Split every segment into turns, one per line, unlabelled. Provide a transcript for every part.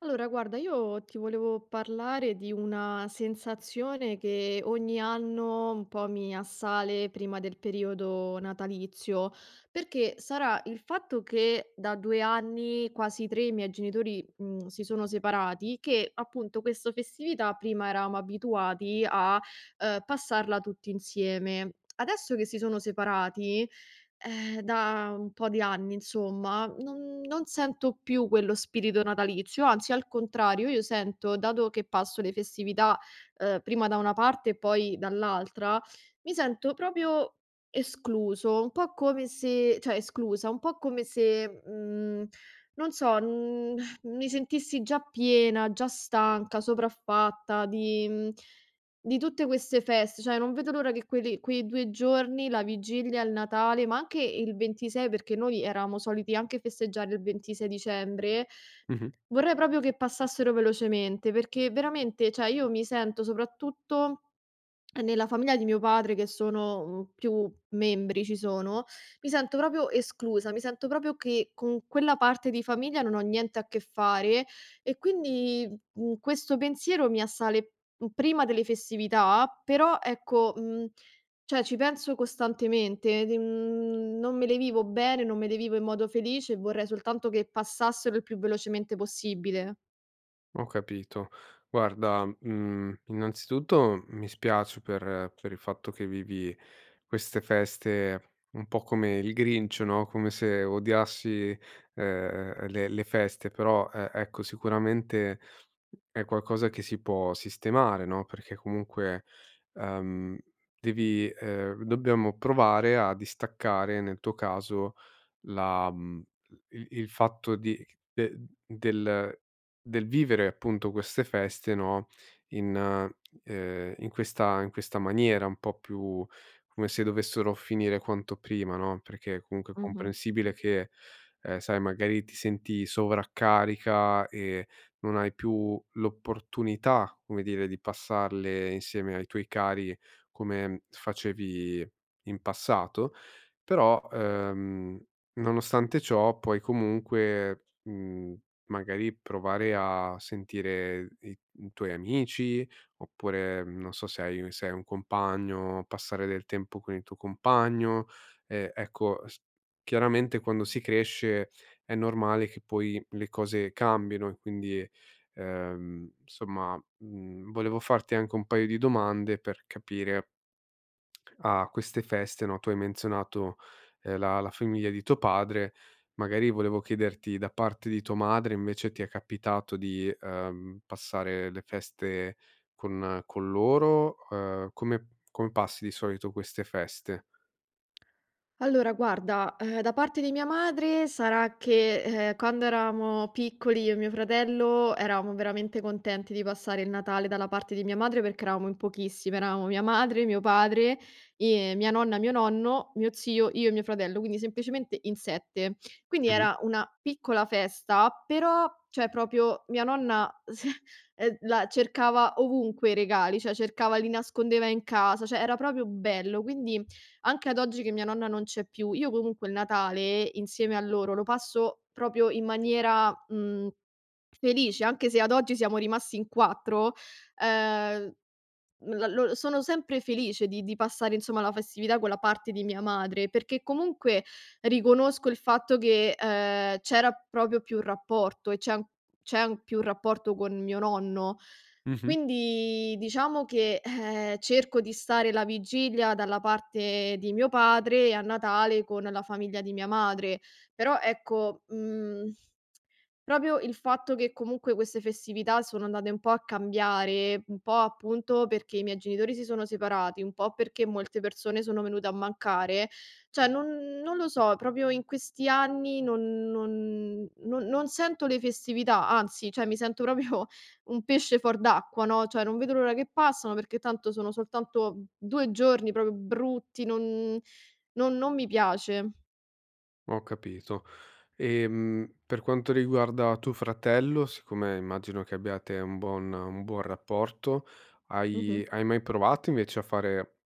Allora, guarda, io ti volevo parlare di una sensazione che ogni anno un po' mi assale prima del periodo natalizio, perché sarà il fatto che da due anni, quasi tre, i miei genitori, si sono separati, che appunto questa festività prima eravamo abituati a passarla tutti insieme. Adesso che si sono separati, da un po' di anni insomma, non sento più quello spirito natalizio, anzi al contrario io sento, dato che passo le festività, prima da una parte e poi dall'altra, mi sento proprio escluso, un po' come se cioè esclusa, un po' come se, non so, mi sentissi già piena, già stanca, sopraffatta di mhmm di tutte queste feste, cioè non vedo l'ora che quelli quei 2 giorni, la vigilia, il Natale, ma anche il 26 perché noi eravamo soliti anche festeggiare il 26 dicembre,
Mh-mh.
vorrei proprio che passassero velocemente, perché veramente, cioè io mi sento soprattutto nella famiglia di mio padre che sono, più membri ci sono, mi sento proprio esclusa, mi sento proprio che con quella parte di famiglia non ho niente a che fare e quindi, questo pensiero mi assale, prima delle festività, però ecco, cioè ci penso costantemente, non me le vivo bene, non me le vivo in modo felice e vorrei soltanto che passassero il più velocemente possibile.
Ho capito. Guarda, innanzitutto mi spiace per il fatto che vivi queste feste un po' come il Grinch, no, come se odiassi, le feste, però, ecco, sicuramente è qualcosa che si può sistemare, no, perché comunque, ehm, devi dobbiamo provare a distaccare, nel tuo caso, la mhmm, il fatto di de del del vivere appunto queste feste, no, in questa maniera, un po' più come se dovessero finire quanto prima, no, perché comunque è
Mh-mh.
comprensibile che, sai magari ti senti sovraccarica e non hai più l'opportunità, come dire, di passarle insieme ai tuoi cari come facevi in passato, però, nonostante ciò, puoi comunque, magari provare a sentire i tuoi amici, oppure, non so se hai un compagno, passare del tempo con il tuo compagno. Ecco, s chiaramente quando si cresce è normale che poi le cose cambino e quindi, insomma, volevo farti anche un paio di domande per capire a queste feste, no, tu hai menzionato, la famiglia di tuo padre, magari volevo chiederti da parte di tua madre invece ti è capitato di, passare le feste con loro? Come come passi di solito queste feste?
Allora guarda, da parte di mia madre sarà che, quando eravamo piccoli io e mio fratello, eravamo veramente contenti di passare il Natale dalla parte di mia madre perché eravamo in pochissimi, eravamo mia madre, mio padre, mia nonna, mio nonno, mio zio, io e mio fratello, quindi semplicemente in 7. Quindi
Mh-mh.
era una piccola festa, però cioè proprio mia nonna s la cercava ovunque i regali, cioè cercava li nascondeva in casa, cioè era proprio bello, quindi anche ad oggi che mia nonna non c'è più, io comunque il Natale insieme a loro lo passo proprio in maniera, felice, anche se ad oggi siamo rimasti in 4. ehm la lo sono sempre felice di passare, insomma, la festività con la parte di mia madre, perché comunque riconosco il fatto che, c'era proprio più rapporto e c'è an più rapporto con mio nonno.
Mh-mh.
Quindi diciamo che, cerco di stare la vigilia dalla parte di mio padre e a Natale con la famiglia di mia madre. Però ecco, mhmm proprio il fatto che comunque queste festività sono andate un po' a cambiare, un po' appunto perché i miei genitori si sono separati, un po' perché molte persone sono venute a mancare, cioè non lo so, proprio in questi anni non sento le festività, anzi, cioè mi sento proprio un pesce fuor d'acqua, no, cioè non vedo l'ora che passano perché tanto sono soltanto 2 giorni proprio brutti, non mi piace.
Ho capito. Per quanto riguarda tuo fratello, siccome immagino che abbiate un buon rapporto,
Mh-mh.
hai mai provato invece a fare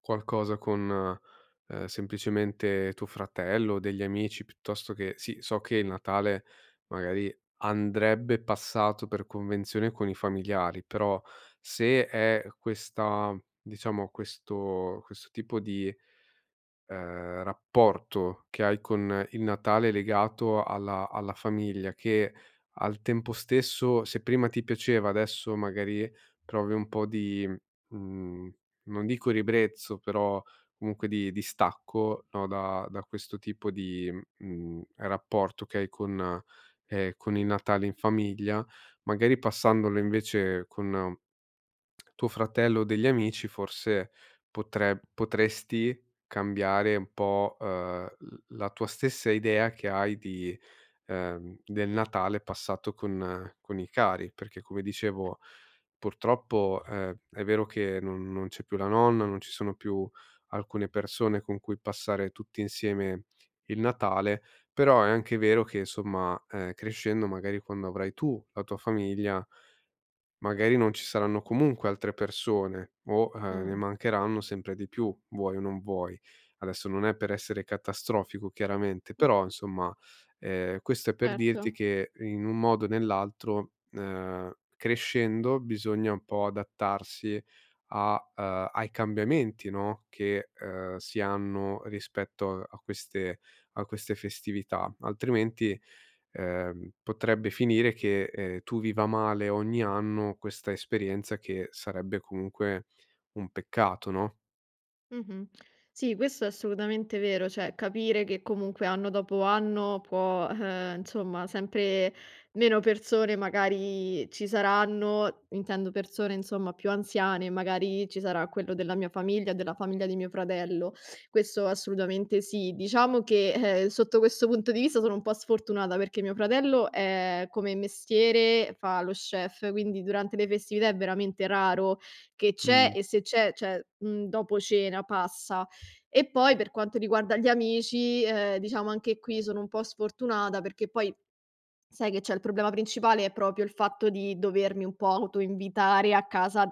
qualcosa con semplicemente tuo fratello o degli amici, piuttosto che sì, so che il Natale magari andrebbe passato per convenzione con i familiari, però se è questa diciamo questo tipo di rapporto che hai con il Natale legato alla alla famiglia, che al tempo stesso se prima ti piaceva, adesso magari provi un po' di, mhmm, non dico ribrezzo, però comunque di stacco, no, da da questo tipo di, rapporto che hai con il Natale in famiglia, magari passandolo invece con tuo fratello o degli amici, forse potresti cambiare un po', l la tua stessa idea che hai di del Natale passato con i cari, perché come dicevo purtroppo, è vero che non c'è più la nonna, non ci sono più alcune persone con cui passare tutti insieme il Natale, però è anche vero che, insomma, crescendo magari quando avrai tu la tua famiglia. Magari non ci saranno comunque altre persone o, ne
Mh.
mancheranno sempre di più, vuoi o non vuoi. Adesso non è per essere catastrofico chiaramente, però insomma, questo è per
Certo.
dirti che in un modo o nell'altro, crescendo bisogna un po' adattarsi a ai cambiamenti, no, che, si hanno rispetto a queste a queste festività, altrimenti potrebbe finire che, tu viva male ogni anno questa esperienza che sarebbe comunque un peccato, no?
Mh-mh. Sì, questo è assolutamente vero, cioè capire che comunque anno dopo anno può, insomma, sempre meno persone magari ci saranno, intendo persone insomma più anziane, magari ci sarà quello della mia famiglia, della famiglia di mio fratello. Questo assolutamente sì. Diciamo che, sotto questo punto di vista sono un po' sfortunata perché mio fratello, come mestiere fa lo chef, quindi durante le festività è veramente raro che c'è
Mh.
e se c'è, cioè, dopo cena passa. E poi per quanto riguarda gli amici, diciamo anche qui sono un po' sfortunata perché poi sai che c'è? Il problema principale è proprio il fatto di dovermi un po' autoinvitare a casa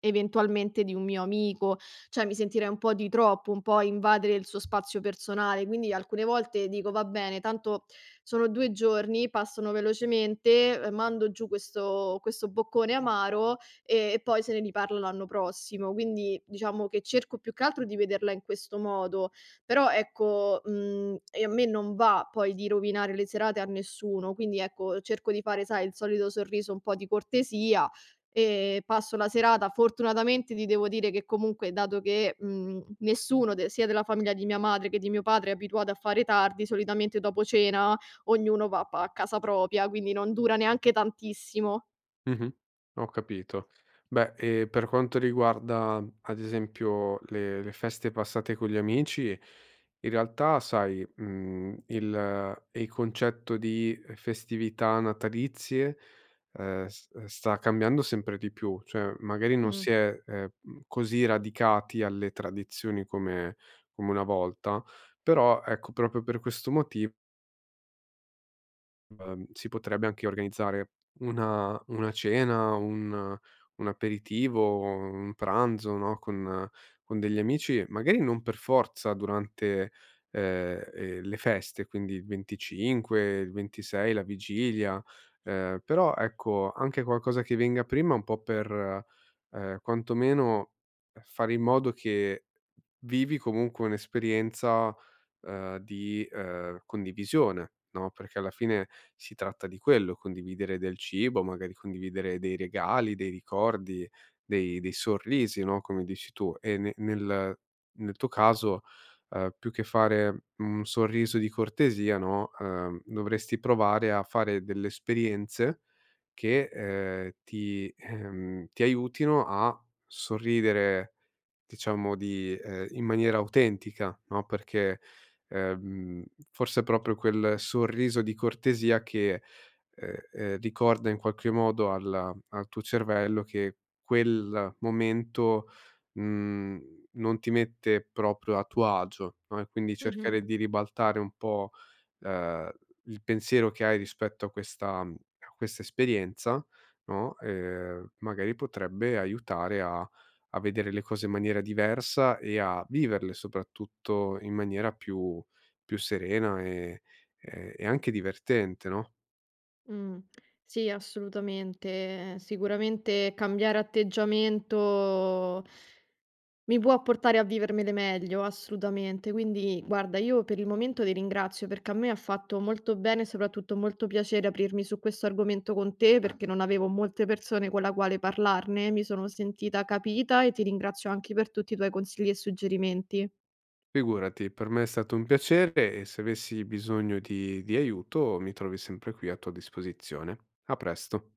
eventualmente di un mio amico, cioè mi sentirei un po' di troppo, un po' invadere il suo spazio personale, quindi alcune volte dico: "Va bene, tanto sono 2 giorni, passano velocemente, mando giù questo boccone amaro e poi se ne riparla l'anno prossimo". Quindi diciamo che cerco più che altro di vederla in questo modo. Però ecco, e a me non va poi di rovinare le serate a nessuno, quindi ecco, cerco di fare, sai, il solito sorriso un po' di cortesia e passo la serata. Fortunatamente ti devo dire che comunque dato che, nessuno de sia della famiglia di mia madre che di mio padre è abituato a fare tardi, solitamente dopo cena ognuno va pa a casa propria, quindi non dura neanche tantissimo.
Mh-mh. Ho capito. Beh, e per quanto riguarda, ad esempio, le feste passate con gli amici, in realtà sai, il concetto di festività natalizie, s sta cambiando sempre di più, cioè magari non
Mh.
si è, così radicati alle tradizioni come come una volta, però ecco, proprio per questo motivo si potrebbe anche organizzare una cena, un aperitivo, un pranzo, no, con degli amici, magari non per forza durante, le feste, quindi il 25, il 26, la vigilia, però ecco, anche qualcosa che venga prima un po' per, quantomeno fare in modo che vivi comunque un'esperienza di condivisione, no, perché alla fine si tratta di quello, condividere del cibo, magari condividere dei regali, dei ricordi, dei sorrisi, no, come dici tu. E ne nel nel tuo caso, più che fare un sorriso di cortesia, no, dovresti provare a fare delle esperienze che, ti aiutino a sorridere diciamo di in maniera autentica, no, perché, ehm, forse è proprio quel sorriso di cortesia che, ricorda in qualche modo al tuo cervello che quel momento, mhmm, non ti mette proprio a tuo agio, no, e quindi
Mh-mh.
cercare di ribaltare un po', ehm, il pensiero che hai rispetto a questa esperienza, no, magari potrebbe aiutare a a vedere le cose in maniera diversa e a viverle soprattutto in maniera più più serena e anche divertente, no.
Mh. Sì, assolutamente. Sicuramente cambiare atteggiamento mi può portare a vivermele meglio, assolutamente. Quindi guarda, io per il momento ti ringrazio perché a me ha fatto molto bene e soprattutto molto piacere aprirmi su questo argomento con te perché non avevo molte persone con la quale parlarne, mi sono sentita capita e ti ringrazio anche per tutti i tuoi consigli e suggerimenti.
Figurati, per me è stato un piacere e se avessi bisogno di aiuto mi trovi sempre qui a tua disposizione. A presto.